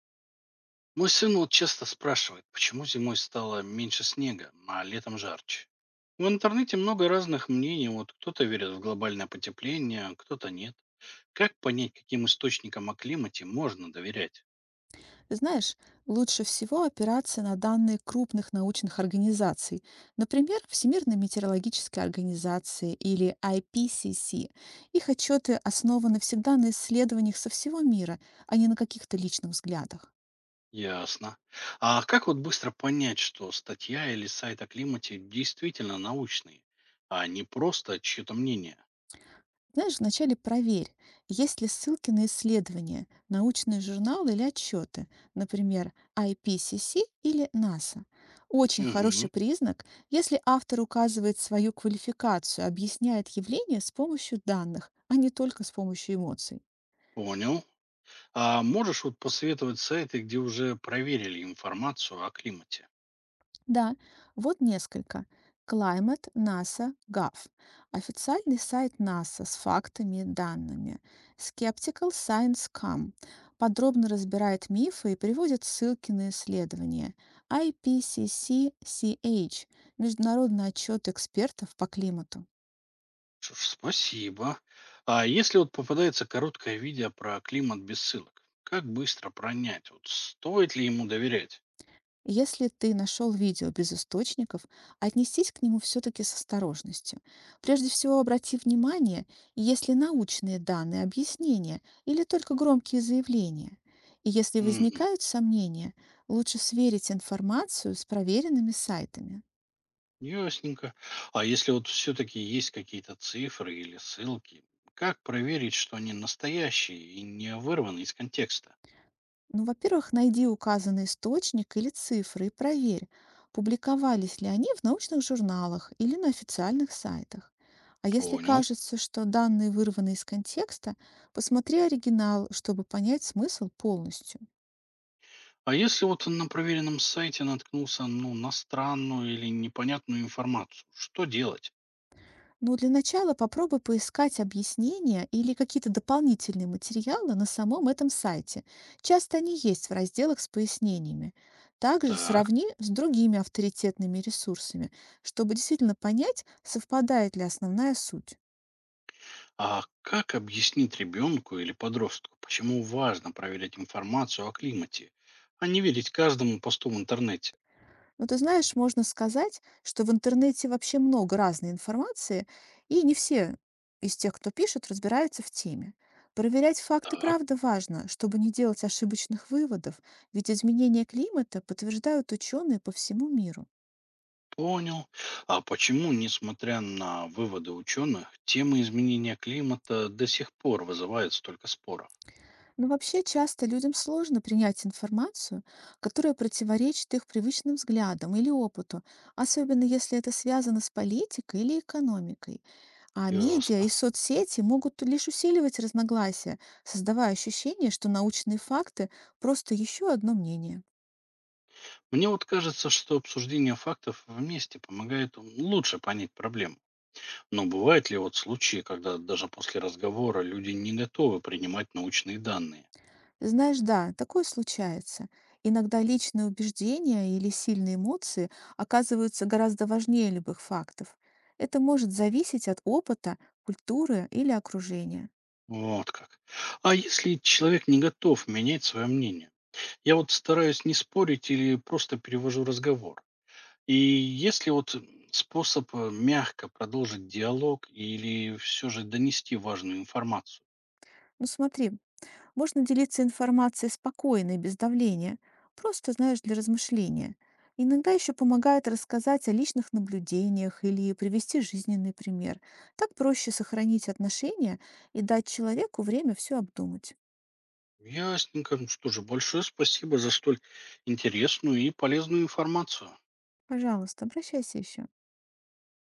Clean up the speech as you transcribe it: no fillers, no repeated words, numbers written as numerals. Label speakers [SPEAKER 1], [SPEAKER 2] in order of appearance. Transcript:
[SPEAKER 1] Мой сын вот часто спрашивает, почему зимой стало меньше снега, а летом жарче. В интернете много разных мнений. Вот кто-то верит в глобальное потепление, кто-то нет. Как понять, каким источникам о климате можно доверять?
[SPEAKER 2] Ты знаешь, лучше всего опираться на данные крупных научных организаций, например, Всемирной метеорологической организации или IPCC. Их отчеты основаны всегда на исследованиях со всего мира, а не на каких-то личных взглядах.
[SPEAKER 1] Ясно. А как вот быстро понять, что статья или сайт о климате действительно научные, а не просто чье-то мнение?
[SPEAKER 2] Знаешь, вначале проверь, есть ли ссылки на исследования, научные журналы или отчеты, например, IPCC или NASA. Очень
[SPEAKER 1] Угу,
[SPEAKER 2] хороший признак, если автор указывает свою квалификацию, объясняет явление с помощью данных, а не только с помощью эмоций.
[SPEAKER 1] понял. А можешь вот посоветовать сайты, где уже проверили информацию о климате?
[SPEAKER 2] Да, вот несколько. climate.nasa.gov. Официальный сайт НАСА с фактами и данными. skepticalscience.com подробно разбирает мифы и приводит ссылки на исследования. ipcc.ch – международный отчет экспертов по климату.
[SPEAKER 1] Что ж, спасибо. А если вот попадается короткое видео про климат без ссылок, как быстро пронять? Вот стоит ли ему доверять?
[SPEAKER 2] Если ты нашел видео без источников, отнесись к нему все-таки с осторожностью. Прежде всего, обрати внимание, есть ли научные данные, объяснения или только громкие заявления. И если
[SPEAKER 1] Мгм.
[SPEAKER 2] возникают сомнения, лучше сверить информацию с проверенными сайтами.
[SPEAKER 1] Ясненько. А если вот все-таки есть какие-то цифры или ссылки, как проверить, что они настоящие и не вырваны из контекста?
[SPEAKER 2] Ну, во-первых, найди указанный источник или цифры и проверь, публиковались ли они в научных журналах или на официальных сайтах. А если
[SPEAKER 1] Понял.
[SPEAKER 2] кажется, что данные вырваны из контекста, посмотри оригинал, чтобы понять смысл полностью.
[SPEAKER 1] А если вот на проверенном сайте наткнулся ну, на странную или непонятную информацию, что делать?
[SPEAKER 2] Ну, для начала попробуй поискать объяснения или какие-то дополнительные материалы на самом этом сайте. Часто они есть в разделах с пояснениями. Также
[SPEAKER 1] Так.
[SPEAKER 2] сравни с другими авторитетными ресурсами, чтобы действительно понять, совпадает ли основная суть.
[SPEAKER 1] А как объяснить ребенку или подростку, почему важно проверять информацию о климате, а не верить каждому посту в интернете?
[SPEAKER 2] Ну, ты знаешь, можно сказать, что в интернете вообще много разной информации, и не все из тех, кто пишет, разбираются в теме. Проверять факты
[SPEAKER 1] Так,
[SPEAKER 2] правда важно, чтобы не делать ошибочных выводов, ведь изменения климата подтверждают ученые по всему миру.
[SPEAKER 1] понял. А почему, несмотря на выводы ученых, тема изменения климата до сих пор вызывает столько споров?
[SPEAKER 2] Но вообще часто людям сложно принять информацию, которая противоречит их привычным взглядам или опыту, особенно если это связано с политикой или экономикой. А медиа
[SPEAKER 1] Ясно.
[SPEAKER 2] и соцсети могут лишь усиливать разногласия, создавая ощущение, что научные факты – просто еще одно мнение.
[SPEAKER 1] Мне вот кажется, что обсуждение фактов вместе помогает лучше понять проблему. Но бывают ли вот случаи, когда даже после разговора люди не готовы принимать научные данные?
[SPEAKER 2] Знаешь, да, такое случается. Иногда личные убеждения или сильные эмоции оказываются гораздо важнее любых фактов. Это может зависеть от опыта, культуры или окружения.
[SPEAKER 1] Вот как. А если человек не готов менять свое мнение? Я вот стараюсь не спорить или просто перевожу разговор. И если вот способ мягко продолжить диалог или все же донести важную информацию?
[SPEAKER 2] Ну смотри, можно делиться информацией спокойно и без давления, просто, знаешь, для размышления. Иногда еще помогает рассказать о личных наблюдениях или привести жизненный пример. Так проще сохранить отношения и дать человеку время все обдумать.
[SPEAKER 1] Ясненько. Ну что же, большое спасибо за столь интересную и полезную информацию.
[SPEAKER 2] Пожалуйста, обращайся еще.